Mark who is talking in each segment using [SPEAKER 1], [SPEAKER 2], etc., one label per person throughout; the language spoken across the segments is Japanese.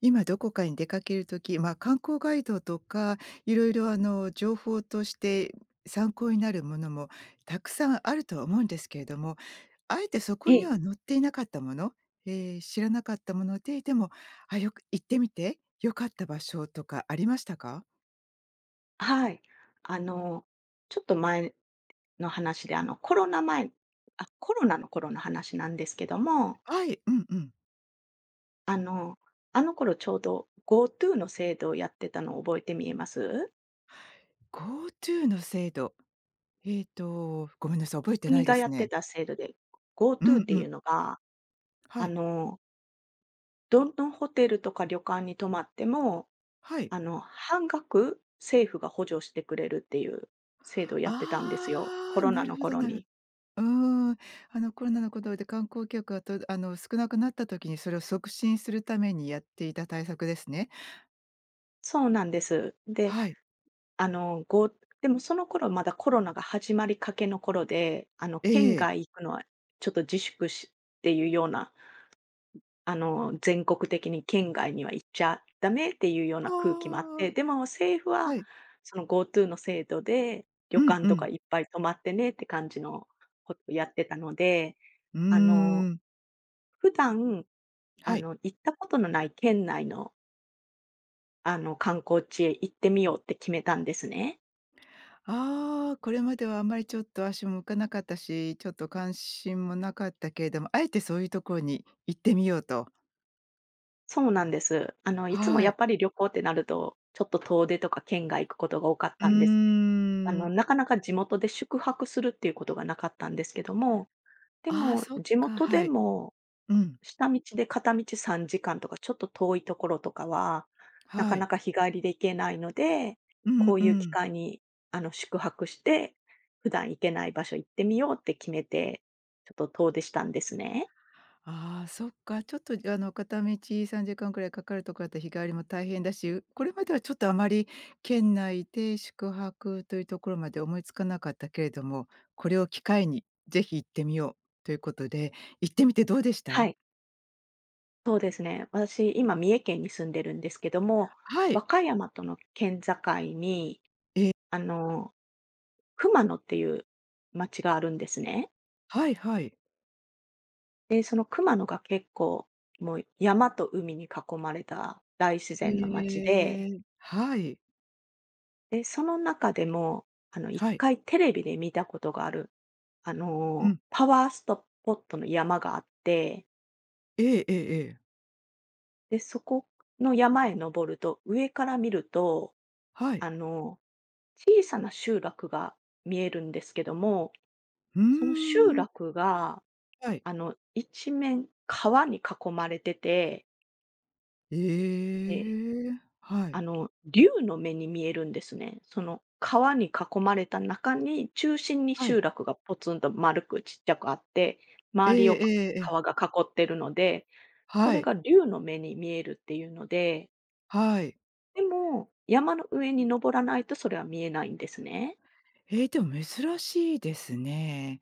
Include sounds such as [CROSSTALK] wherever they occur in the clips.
[SPEAKER 1] 今どこかに出かけるとき、まあ、観光ガイドとか、いろいろ情報として参考になるものもたくさんあるとは思うんですけれども、あえてそ
[SPEAKER 2] え
[SPEAKER 1] こには
[SPEAKER 2] え、
[SPEAKER 1] 載っていなかったもの、知らなかったもので、でも、よく行ってみて良かった場所とかありましたか？
[SPEAKER 2] はい。あの、ちょっと前の話で、コロナ前コロナの頃の話なんですけども、
[SPEAKER 1] はい、うんうん。
[SPEAKER 2] あの、あの頃ちょうど GoTo の制度をやってたのを覚えてみえます？
[SPEAKER 1] GoTo の制度、ごめんなさい、覚えてな
[SPEAKER 2] 国
[SPEAKER 1] いで
[SPEAKER 2] がや
[SPEAKER 1] す
[SPEAKER 2] って
[SPEAKER 1] ね。
[SPEAKER 2] た制度で、
[SPEAKER 1] う
[SPEAKER 2] GoTo っ
[SPEAKER 1] ん
[SPEAKER 2] て
[SPEAKER 1] う
[SPEAKER 2] いう
[SPEAKER 1] ん。
[SPEAKER 2] のが、
[SPEAKER 1] は
[SPEAKER 2] あ
[SPEAKER 1] い、
[SPEAKER 2] の、どのホテルとか旅館に泊まっても、
[SPEAKER 1] はい。
[SPEAKER 2] 半額政府が補助してくれるっていう制度をやってたんですよ、コ
[SPEAKER 1] ああ、
[SPEAKER 2] ロナ
[SPEAKER 1] なる
[SPEAKER 2] の
[SPEAKER 1] ほど
[SPEAKER 2] 頃
[SPEAKER 1] なるほど。
[SPEAKER 2] に。
[SPEAKER 1] うーん、コロナのことで観光客がとあの、少なくなった時に、それを促進するためにやっていた対策ですね。
[SPEAKER 2] そうなんです。で
[SPEAKER 1] はい。
[SPEAKER 2] あの、ごでもその頃まだコロナが始まりかけの頃で、県
[SPEAKER 1] ええ。
[SPEAKER 2] 外行くのはちょっと自粛しっていうような、全国的に県外には行っちゃダメっていうよう
[SPEAKER 1] あ
[SPEAKER 2] な空気もあっ
[SPEAKER 1] あ、
[SPEAKER 2] て、でも政府
[SPEAKER 1] は
[SPEAKER 2] は
[SPEAKER 1] い。
[SPEAKER 2] その GoTo の制度で、旅
[SPEAKER 1] うん
[SPEAKER 2] 館
[SPEAKER 1] う
[SPEAKER 2] とか
[SPEAKER 1] ん。
[SPEAKER 2] いっぱい泊まってねって感じのことをやってたので、
[SPEAKER 1] うー
[SPEAKER 2] あの、
[SPEAKER 1] ん、
[SPEAKER 2] 普段、
[SPEAKER 1] はい。
[SPEAKER 2] 行ったことのない県内の、観光地へ行ってみようって決めたんですね。
[SPEAKER 1] ああ、これまではあんまりちょっと足も向かなかったし、ちょっと関心もなかったけれども、あえてそういうところに行ってみようと。
[SPEAKER 2] そうなんです。いつも
[SPEAKER 1] は
[SPEAKER 2] やっ
[SPEAKER 1] い。
[SPEAKER 2] ぱり旅行ってなると、ちょっと遠出とか県外行くことが多かっ
[SPEAKER 1] う
[SPEAKER 2] たんです。
[SPEAKER 1] ーん。
[SPEAKER 2] なかなか地元で宿泊するっていうことがなかったんですけども、で
[SPEAKER 1] ああ、
[SPEAKER 2] も、
[SPEAKER 1] そっ
[SPEAKER 2] 地
[SPEAKER 1] か、
[SPEAKER 2] 元で
[SPEAKER 1] はい。
[SPEAKER 2] も
[SPEAKER 1] うん、
[SPEAKER 2] 下道で片道3時間とか、ちょっと遠いところとかは、なか
[SPEAKER 1] はい。
[SPEAKER 2] なか日帰りで行けないので、
[SPEAKER 1] う
[SPEAKER 2] こ
[SPEAKER 1] ん
[SPEAKER 2] う
[SPEAKER 1] う
[SPEAKER 2] いう機
[SPEAKER 1] ん。
[SPEAKER 2] 会に、宿泊して、普段行けない場所行ってみようって決めて、ちょっと遠出したんですね。
[SPEAKER 1] ああ、そっか、ちょっと、片道3時間くらいかかるとこだったら日帰りも大変だし、これまではちょっとあまり県内で宿泊というところまで思いつかなかったけれども、これを機会にぜひ行ってみようということで、行ってみてどうでし
[SPEAKER 2] は
[SPEAKER 1] た？
[SPEAKER 2] い。そうですね。私、今、三重県に住んでるんですけども、
[SPEAKER 1] は
[SPEAKER 2] 和
[SPEAKER 1] い。
[SPEAKER 2] 歌山との県境に、
[SPEAKER 1] ええ、
[SPEAKER 2] あの、熊野っていう町があるんですね。
[SPEAKER 1] はいはい。
[SPEAKER 2] で、その熊野が結構、もう山と海に囲まれた大自
[SPEAKER 1] へ
[SPEAKER 2] 然の町で、
[SPEAKER 1] え、はい、
[SPEAKER 2] で、その中でも、一
[SPEAKER 1] はい。
[SPEAKER 2] 回テレビで見たことがある、
[SPEAKER 1] うん。
[SPEAKER 2] パワーストポットの山があって、
[SPEAKER 1] ええええええ。
[SPEAKER 2] で、そこの山へ登ると、上から見ると、
[SPEAKER 1] はい。
[SPEAKER 2] あの、小さな集落が見えるんですけども、
[SPEAKER 1] うー
[SPEAKER 2] その集
[SPEAKER 1] ん、
[SPEAKER 2] 落が、
[SPEAKER 1] はい。
[SPEAKER 2] 一面川に囲まれてて、で、
[SPEAKER 1] ええ、はい、
[SPEAKER 2] 竜の目に見えるんですね。その川に囲まれた中に、中心に
[SPEAKER 1] は
[SPEAKER 2] 集
[SPEAKER 1] い。
[SPEAKER 2] 落がポツンと丸くちっちゃくあって、
[SPEAKER 1] え
[SPEAKER 2] 周り
[SPEAKER 1] え
[SPEAKER 2] を
[SPEAKER 1] ええええ。
[SPEAKER 2] 川が囲ってるので、そ
[SPEAKER 1] は
[SPEAKER 2] れ
[SPEAKER 1] い、
[SPEAKER 2] が竜の目に見えるっていうので、
[SPEAKER 1] はい。
[SPEAKER 2] でも、山の上に登らないとそれは見えないんですね。
[SPEAKER 1] ええ、でも珍しいですね。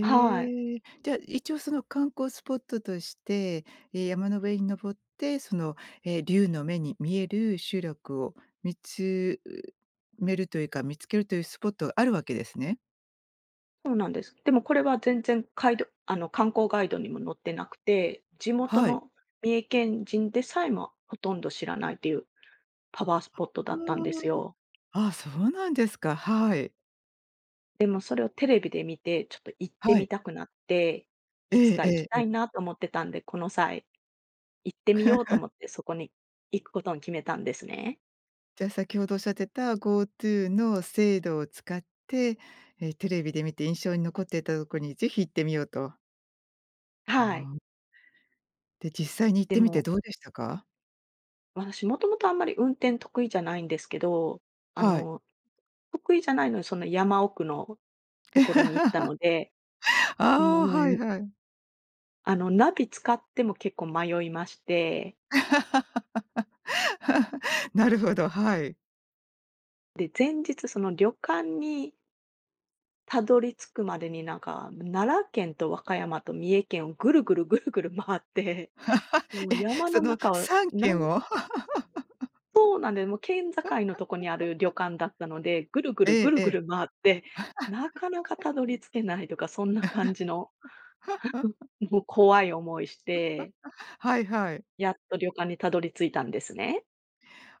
[SPEAKER 2] はい。
[SPEAKER 1] え。じゃあ、一応その観光スポットとして、山の上に登って、竜の目に見える集落を見つめるというか、見つけるというスポットがあるわけですね。
[SPEAKER 2] そうなんです。でもこれは全然ガイドあの、観光ガイドにも載ってなくて、地元
[SPEAKER 1] はい。
[SPEAKER 2] の三重県人でさえもほとんど知らないというパワースポットだったんですよ。
[SPEAKER 1] あーあー、そうなんですか。はい。
[SPEAKER 2] でもそれをテレビで見て、ちょっと行って
[SPEAKER 1] は
[SPEAKER 2] み
[SPEAKER 1] い。
[SPEAKER 2] たくなって、
[SPEAKER 1] え
[SPEAKER 2] いつ
[SPEAKER 1] え
[SPEAKER 2] か行き
[SPEAKER 1] え
[SPEAKER 2] たい
[SPEAKER 1] え。
[SPEAKER 2] なと思ってたんで、この際行ってみようと思ってそこに行くことに決めたんですね。
[SPEAKER 1] じゃあ、先ほどおっしゃってた GoTo の制度を使って、テレビで見て印象に残っていたところにぜひ行ってみようと。
[SPEAKER 2] はい。
[SPEAKER 1] ああ。で、実際に行っ
[SPEAKER 2] で
[SPEAKER 1] てみて
[SPEAKER 2] も、
[SPEAKER 1] どうでしたか？
[SPEAKER 2] 私もともとあんまり運転得意じゃないんですけど、あ
[SPEAKER 1] はい。
[SPEAKER 2] の、得意じゃないのにその山奥のところに行った
[SPEAKER 1] [LAUGHS]
[SPEAKER 2] ので、も
[SPEAKER 1] ああ、はい
[SPEAKER 2] う、
[SPEAKER 1] はい。
[SPEAKER 2] ナビ使っても結構迷いまして、
[SPEAKER 1] [LAUGHS] なるほど、はい。
[SPEAKER 2] で、前日その旅館にたどり着くまでになんか、奈良県と和歌山と三重県をぐるぐるぐるぐる回って、もう山
[SPEAKER 1] そ
[SPEAKER 2] の
[SPEAKER 1] の
[SPEAKER 2] 中を、
[SPEAKER 1] 3軒を [LAUGHS]
[SPEAKER 2] そうなんで、もう県境のとこにある旅館だったので、ぐるぐ
[SPEAKER 1] え
[SPEAKER 2] るぐ
[SPEAKER 1] え
[SPEAKER 2] る
[SPEAKER 1] え
[SPEAKER 2] ぐ
[SPEAKER 1] え。
[SPEAKER 2] る回って、なかなかたどり着けないとか、そんな感じの、
[SPEAKER 1] [LAUGHS]
[SPEAKER 2] もう怖い思いして、
[SPEAKER 1] はいはい。
[SPEAKER 2] やっと旅館にたどり着いたんですね。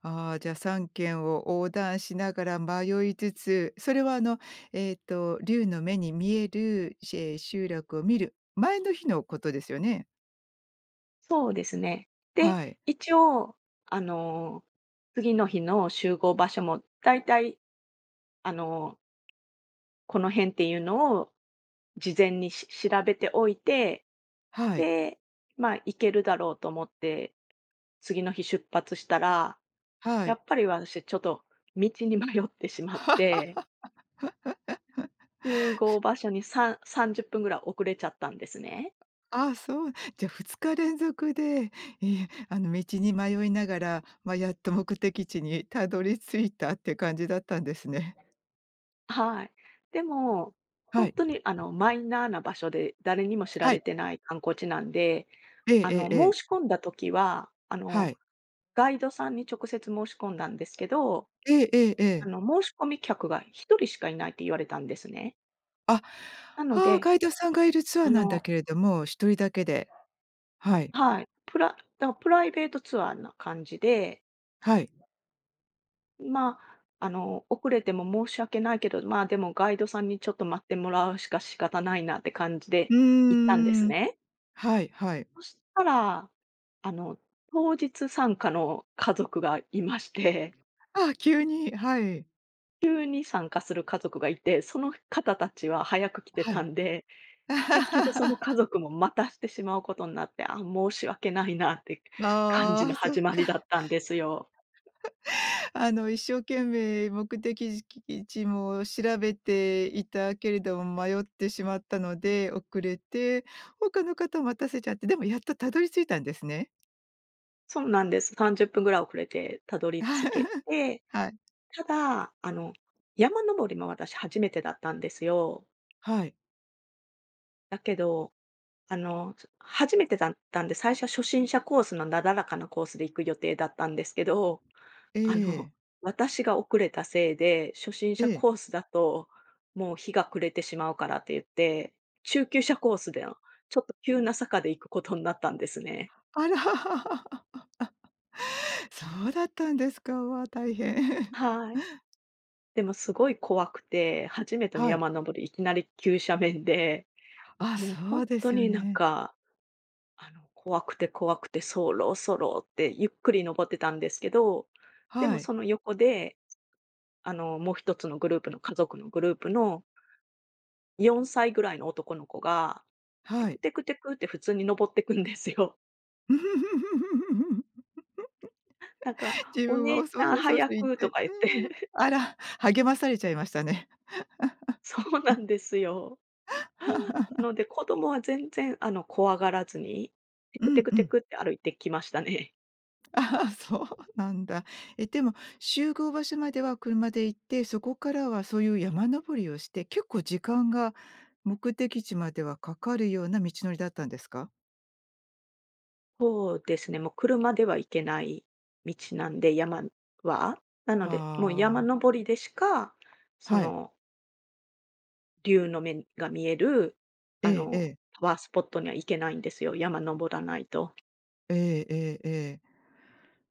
[SPEAKER 1] ああ、じゃあ3軒を横断しながら迷いつつ、それは竜の目に見える、集落を見る前の日のことですよね？
[SPEAKER 2] そうですね。で、
[SPEAKER 1] はい。
[SPEAKER 2] 一応、あの、次の日の集合場所もだいたい、あの、この辺っていうのを事前に調べておいて、
[SPEAKER 1] はい。
[SPEAKER 2] で、まあ、行けるだろうと思って、次の日出発したら、
[SPEAKER 1] は
[SPEAKER 2] や
[SPEAKER 1] い。
[SPEAKER 2] っぱり私ちょっと道に迷ってしまって、集合場所に30分ぐらい遅れちゃったんですね。
[SPEAKER 1] ああ、そう。じゃ、2日連続で、ええ、道に迷いながら、ま、やっと目的地にたどり着いたって感じだったんですね。
[SPEAKER 2] はい。でも、
[SPEAKER 1] は
[SPEAKER 2] 本
[SPEAKER 1] い。
[SPEAKER 2] 当にマイナーな場所で、誰にも知ら
[SPEAKER 1] は
[SPEAKER 2] れ
[SPEAKER 1] い。
[SPEAKER 2] てない観光地なんで、
[SPEAKER 1] ええええええ。
[SPEAKER 2] 申し込んだ時は、
[SPEAKER 1] はい。
[SPEAKER 2] ガイドさんに直接申し込んだんですけど、
[SPEAKER 1] ええええええ。
[SPEAKER 2] 申し込み客が一人しかいないって言われたんですね。
[SPEAKER 1] あ、
[SPEAKER 2] なの
[SPEAKER 1] ああ、
[SPEAKER 2] で、
[SPEAKER 1] ガイドさんがいるツアー
[SPEAKER 2] あ
[SPEAKER 1] なんだ
[SPEAKER 2] の
[SPEAKER 1] けれども、一人だけで。はい。
[SPEAKER 2] はい、プラだからプライベートツアーな感じで、
[SPEAKER 1] はい。
[SPEAKER 2] まあ、遅れても申し訳ないけど、まあ、でもガイドさんにちょっと待ってもらうしか仕方ないなって感じで
[SPEAKER 1] う
[SPEAKER 2] 行ったんです
[SPEAKER 1] ーん。
[SPEAKER 2] ね。
[SPEAKER 1] はいはい。
[SPEAKER 2] そしたら、あの、当日参加の家族がいまして、[LAUGHS]
[SPEAKER 1] ああ、急に、はい。
[SPEAKER 2] 急に参加する家族がいて、その方たちは早く来て
[SPEAKER 1] は
[SPEAKER 2] た
[SPEAKER 1] い。
[SPEAKER 2] んで、結局その家
[SPEAKER 1] [LAUGHS]
[SPEAKER 2] 族も待たしてしまうことになって、あ、申し訳ないなって感じ
[SPEAKER 1] あ
[SPEAKER 2] の
[SPEAKER 1] あ、そっ
[SPEAKER 2] 始ま
[SPEAKER 1] か。
[SPEAKER 2] りだったんですよ。
[SPEAKER 1] 一生懸命目的地も調べていたけれども、迷ってしまったので遅れて、他の方を待たせちゃって、でもやっとたどり着いたんですね。
[SPEAKER 2] そうなんです。30分ぐらい遅れてたどり着け
[SPEAKER 1] [LAUGHS]
[SPEAKER 2] て、
[SPEAKER 1] はい。
[SPEAKER 2] ただ、山登りも私初めてだったんですよ。
[SPEAKER 1] はい。
[SPEAKER 2] だけどあの、初めてだったんで、最初は初心者コースのなだらかなコースで行く予定だったんですけど、
[SPEAKER 1] え
[SPEAKER 2] あの、
[SPEAKER 1] え、
[SPEAKER 2] 私が遅れたせいで、初心
[SPEAKER 1] え
[SPEAKER 2] 者
[SPEAKER 1] え。
[SPEAKER 2] コースだと、もう日が暮れてしまうからって言って、中級者コースでの、ちょっと急な坂で行くことになったんですね。
[SPEAKER 1] あら。[LAUGHS] そうだったんですか。わあ、大変。
[SPEAKER 2] はい。でもすごい怖くて、初めての
[SPEAKER 1] はい。
[SPEAKER 2] 山登り、いきなり急斜面で、
[SPEAKER 1] あ、
[SPEAKER 2] もう
[SPEAKER 1] そ
[SPEAKER 2] 本
[SPEAKER 1] うで
[SPEAKER 2] 当
[SPEAKER 1] すよ
[SPEAKER 2] になん
[SPEAKER 1] ね。
[SPEAKER 2] か怖くて怖くて、そろそろってゆっくり登ってたんですけど、でも
[SPEAKER 1] はい、
[SPEAKER 2] その横で、もう一つのグループの家族のグループの4歳ぐらいの男の子が、テ
[SPEAKER 1] は
[SPEAKER 2] ク
[SPEAKER 1] い。
[SPEAKER 2] テクテクって普通に登ってくんですよ。
[SPEAKER 1] [LAUGHS]
[SPEAKER 2] [LAUGHS] なんか、
[SPEAKER 1] 自
[SPEAKER 2] 「お
[SPEAKER 1] 分
[SPEAKER 2] 姉
[SPEAKER 1] は、
[SPEAKER 2] ち
[SPEAKER 1] そう
[SPEAKER 2] ゃん
[SPEAKER 1] そうそうそう
[SPEAKER 2] 早
[SPEAKER 1] 言っ
[SPEAKER 2] く」
[SPEAKER 1] て、
[SPEAKER 2] と
[SPEAKER 1] う
[SPEAKER 2] か言って。
[SPEAKER 1] ん、
[SPEAKER 2] [LAUGHS]
[SPEAKER 1] あら、励まされちゃいましたね。
[SPEAKER 2] そうなんですよ。[LAUGHS] なので、子供は全然、怖がらずに、テ
[SPEAKER 1] う
[SPEAKER 2] クテ
[SPEAKER 1] ん
[SPEAKER 2] ク
[SPEAKER 1] う
[SPEAKER 2] テ
[SPEAKER 1] ん。
[SPEAKER 2] クって歩いてきましたね。
[SPEAKER 1] ああ、そうなんだ。でも集合場所までは車で行って、そこからはそういう山登りをして、結構時間が目的地まではかかるような道のりだったんですか？
[SPEAKER 2] そうですね、もう車では行けない道なんで、山は。なので、もう山
[SPEAKER 1] ああ、
[SPEAKER 2] 登りでしか、そ
[SPEAKER 1] はい。
[SPEAKER 2] の、竜の目が見える、
[SPEAKER 1] え
[SPEAKER 2] あ
[SPEAKER 1] え
[SPEAKER 2] の、
[SPEAKER 1] ええ。
[SPEAKER 2] パワースポットには行けないんですよ、山登らないと。
[SPEAKER 1] ええええええ。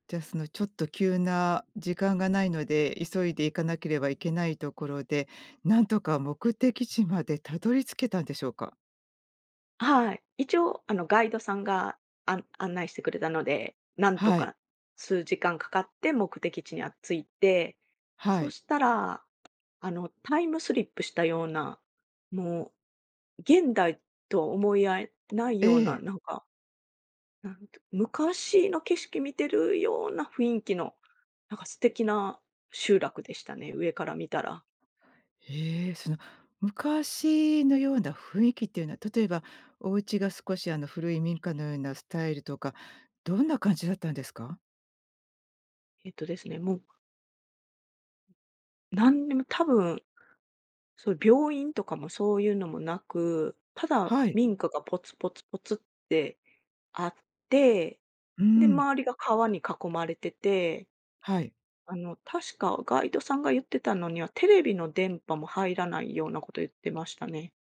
[SPEAKER 1] じゃあ、そのちょっと急な、時間がないので、急いで行かなければいけないところで、なんとか目的地までたどり着けたんでしょうか？
[SPEAKER 2] はい。一応、ガイドさんが案内してくれたので、なんと
[SPEAKER 1] はい、
[SPEAKER 2] か数時間かかって目的地には着いて、
[SPEAKER 1] は
[SPEAKER 2] そ
[SPEAKER 1] い。
[SPEAKER 2] したらタイムスリップしたような、もう、現代とは思い合えない
[SPEAKER 1] え
[SPEAKER 2] ような、
[SPEAKER 1] え。
[SPEAKER 2] なんか、なんて昔の景色見てるような雰囲気の、なんか素敵な集落でしたね、上から見たら。
[SPEAKER 1] へえ、その昔のような雰囲気っていうのは、例えばお家が少し古い民家のようなスタイルとか、どんな感じだったんですか？
[SPEAKER 2] えっとですね、もう、なんにも多分、そういう病院とかもそういうのもなく、ただ
[SPEAKER 1] はい。
[SPEAKER 2] 民家がポツポツポツってあって、
[SPEAKER 1] う
[SPEAKER 2] で、
[SPEAKER 1] ん。
[SPEAKER 2] 周りが川に囲まれてて
[SPEAKER 1] はい。
[SPEAKER 2] 確かガイドさんが言ってたのには、テレビの電波も入らないようなこと言ってましたね。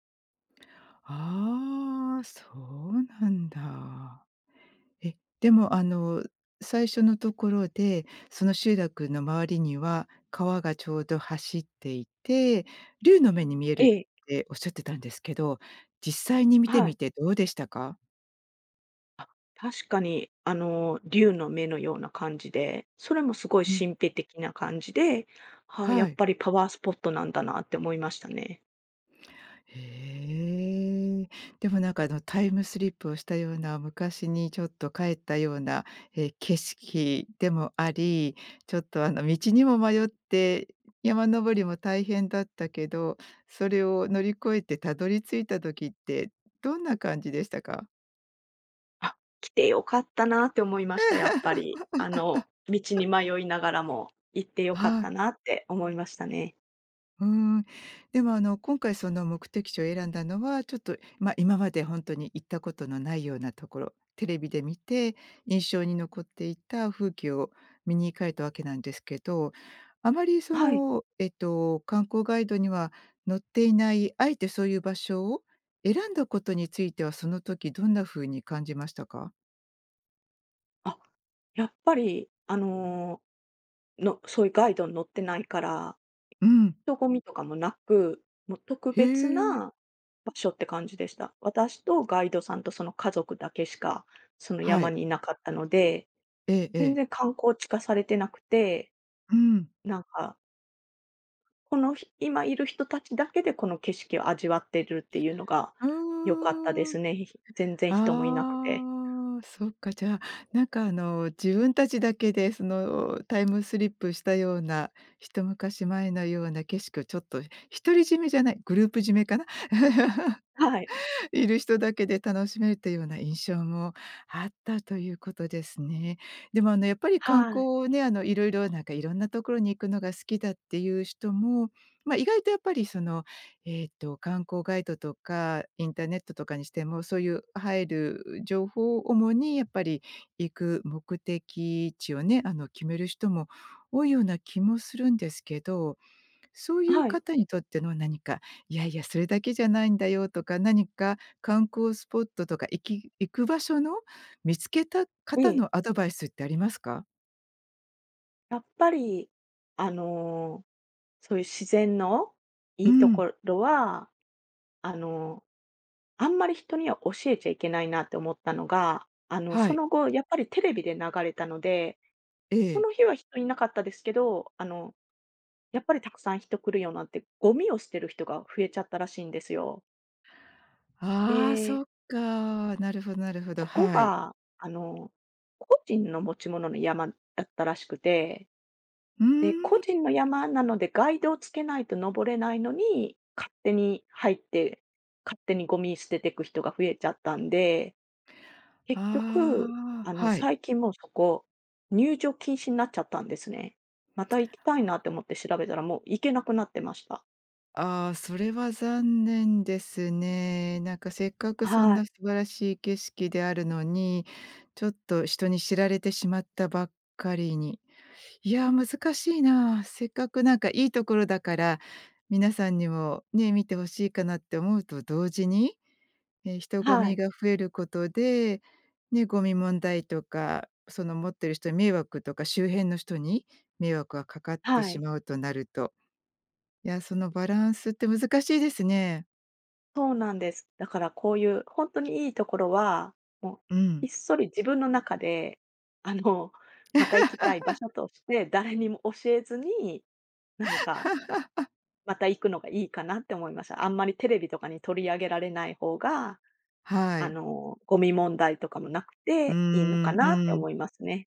[SPEAKER 1] ああ、そうなんだ。でも、最初のところで、その集落の周りには川がちょうど走っていて、竜の目に見える
[SPEAKER 2] え
[SPEAKER 1] っ
[SPEAKER 2] え、
[SPEAKER 1] ておっしゃってたんですけど、実際に見て
[SPEAKER 2] は
[SPEAKER 1] み
[SPEAKER 2] い。
[SPEAKER 1] てどうでしたか？
[SPEAKER 2] あ、確かに、竜の目のような感じで、それもすごい
[SPEAKER 1] うん、
[SPEAKER 2] 神秘的な感じで、はあ、や
[SPEAKER 1] は
[SPEAKER 2] っ
[SPEAKER 1] い。
[SPEAKER 2] ぱりパワースポットなんだなって思いましたね。
[SPEAKER 1] へえ。でもなんかタイムスリップをしたような、昔にちょっと帰ったような、景色でもあり、ちょっと道にも迷って、山登りも大変だったけど、それを乗り越えてたどり着いた時ってどんな感じでしたか？
[SPEAKER 2] あ、来てよかったなって思いました、やっぱり。道に迷いながらも行ってよかっ
[SPEAKER 1] は
[SPEAKER 2] た
[SPEAKER 1] い。
[SPEAKER 2] なって思いましたね。
[SPEAKER 1] うーん。でも、今回その目的地を選んだのは、ちょっと、まあ、今まで本当に行ったことのないようなところ、テレビで見て印象に残っていた風景を見に行かれたわけなんですけど、あまり
[SPEAKER 2] はい。
[SPEAKER 1] 観光ガイドには載っていない、あえてそういう場所を選んだことについては、その時どんな風に感じましたか？
[SPEAKER 2] あ、やっぱり、そういうガイドに乗ってないから
[SPEAKER 1] うん。
[SPEAKER 2] 人混みとかもなく、もう特
[SPEAKER 1] へ
[SPEAKER 2] 別
[SPEAKER 1] え。
[SPEAKER 2] な場所って感じでした。私とガイドさんとその家族だけしか、その
[SPEAKER 1] は
[SPEAKER 2] 山
[SPEAKER 1] い。
[SPEAKER 2] にいなかったので、
[SPEAKER 1] えええ
[SPEAKER 2] 全
[SPEAKER 1] え。
[SPEAKER 2] 然観光地化されてなくて、
[SPEAKER 1] うん。
[SPEAKER 2] なんか、この今いる人たちだけでこの景色を味わってるっていうのが
[SPEAKER 1] う
[SPEAKER 2] 良かったで
[SPEAKER 1] ー
[SPEAKER 2] す
[SPEAKER 1] ん。
[SPEAKER 2] ね。全然人もいなくて。
[SPEAKER 1] ああ、そっか、じゃあ、なんか自分たちだけでそのタイムスリップしたような、一昔前のような景色をちょっと独り占めじゃない、グループ占めかな？[LAUGHS]
[SPEAKER 2] はい。
[SPEAKER 1] [LAUGHS] いる人だけで楽しめるというような印象もあったということですね。でも、やっぱり観
[SPEAKER 2] は
[SPEAKER 1] 光
[SPEAKER 2] い。
[SPEAKER 1] をね、いろいろ、なんか、いろんなところに行くのが好きだっていう人も、まあ、意外とやっぱり、観光ガイドとかインターネットとかにしても、そういう入る情報を主にやっぱり行く目的地をね、決める人も多いような気もするんですけど、そういう
[SPEAKER 2] はい。
[SPEAKER 1] 方にとっての何か、いやいや、それだけじゃないんだよとか、何か観光スポットとか、行く場所の見つけた方
[SPEAKER 2] え
[SPEAKER 1] の
[SPEAKER 2] え。
[SPEAKER 1] アドバイスってありますか？
[SPEAKER 2] やっぱり、あの、そういう自然の
[SPEAKER 1] う
[SPEAKER 2] いいと
[SPEAKER 1] ん、
[SPEAKER 2] ころは、あのーあんまり人には教えちゃいけないなって思ったのが、
[SPEAKER 1] は
[SPEAKER 2] そ
[SPEAKER 1] い、
[SPEAKER 2] の後、やっぱりテレビで流れたので、
[SPEAKER 1] え
[SPEAKER 2] その
[SPEAKER 1] え。
[SPEAKER 2] 日は人いなかったですけど、やっぱりたくさん人来るようになって、ゴミを捨てる人が増えちゃったらしいんですよ。
[SPEAKER 1] ああ、
[SPEAKER 2] で、
[SPEAKER 1] そっか。なるほどなるほど、
[SPEAKER 2] そこ
[SPEAKER 1] はい。
[SPEAKER 2] が、個人の持ち物の山だったらしくて、
[SPEAKER 1] うー
[SPEAKER 2] で、個
[SPEAKER 1] ん。
[SPEAKER 2] 人の山なのでガイドをつけないと登れないのに、勝手に入って、勝手にゴミ捨てていく人が増えちゃったんで、結局、
[SPEAKER 1] ああ、はい。
[SPEAKER 2] 最近もうそこ、入場禁止になっちゃったんですね。また行きたいなって思って調べたら、もう行けなくなってました。
[SPEAKER 1] ああ、それは残念ですね。なんかせっかくそん
[SPEAKER 2] はい。
[SPEAKER 1] な素晴らしい景色であるのに、ちょっと人に知られてしまったばっかりに。いや、難しいな。せっかくなんかいいところだから、皆さんにもね、見てほしいかなって思うと同時に、人混
[SPEAKER 2] は
[SPEAKER 1] み
[SPEAKER 2] い。
[SPEAKER 1] が増えることで、ね、ゴミ問題とか、その持ってる人に迷惑とか、周辺の人に迷惑がかかって
[SPEAKER 2] は
[SPEAKER 1] し
[SPEAKER 2] い。
[SPEAKER 1] まうとなると、いや、そのバランスって難しいですね。
[SPEAKER 2] そうなんです。だからこういう、本当にいいところは、もう、
[SPEAKER 1] う
[SPEAKER 2] ひ
[SPEAKER 1] ん。
[SPEAKER 2] っそり自分の中で、あの、また行きた
[SPEAKER 1] [LAUGHS]
[SPEAKER 2] い場所として、誰にも教えずに、なんか、また行くのがいいかなって思いました。あんまりテレビとかに取り上げられない方が
[SPEAKER 1] はい。
[SPEAKER 2] ゴミ問題とかもなく
[SPEAKER 1] うー
[SPEAKER 2] ていいのか
[SPEAKER 1] ん、
[SPEAKER 2] なっ
[SPEAKER 1] う
[SPEAKER 2] て
[SPEAKER 1] ん。
[SPEAKER 2] 思いますね。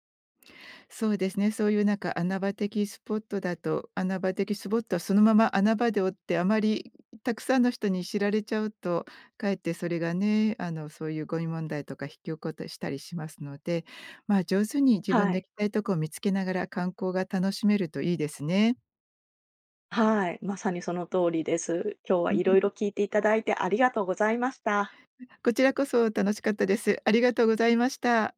[SPEAKER 1] そうですね、そういうなんか穴場的スポットだと、穴場的スポットはそのまま穴場でおって、あまりたくさんの人に知られちゃうと、かえってそれがね、そういうゴミ問題とか引き起こったしたりしますので、まあ、上手に自分
[SPEAKER 2] は
[SPEAKER 1] の行
[SPEAKER 2] い。
[SPEAKER 1] きたいとこを見つけながら観光が楽しめるといいですね。
[SPEAKER 2] はい、まさにその通りです。今日は
[SPEAKER 1] [LAUGHS] うん。
[SPEAKER 2] いろいろ聞いていただいてありがとうございました。
[SPEAKER 1] こちらこそ楽しかったです。ありがとうございました。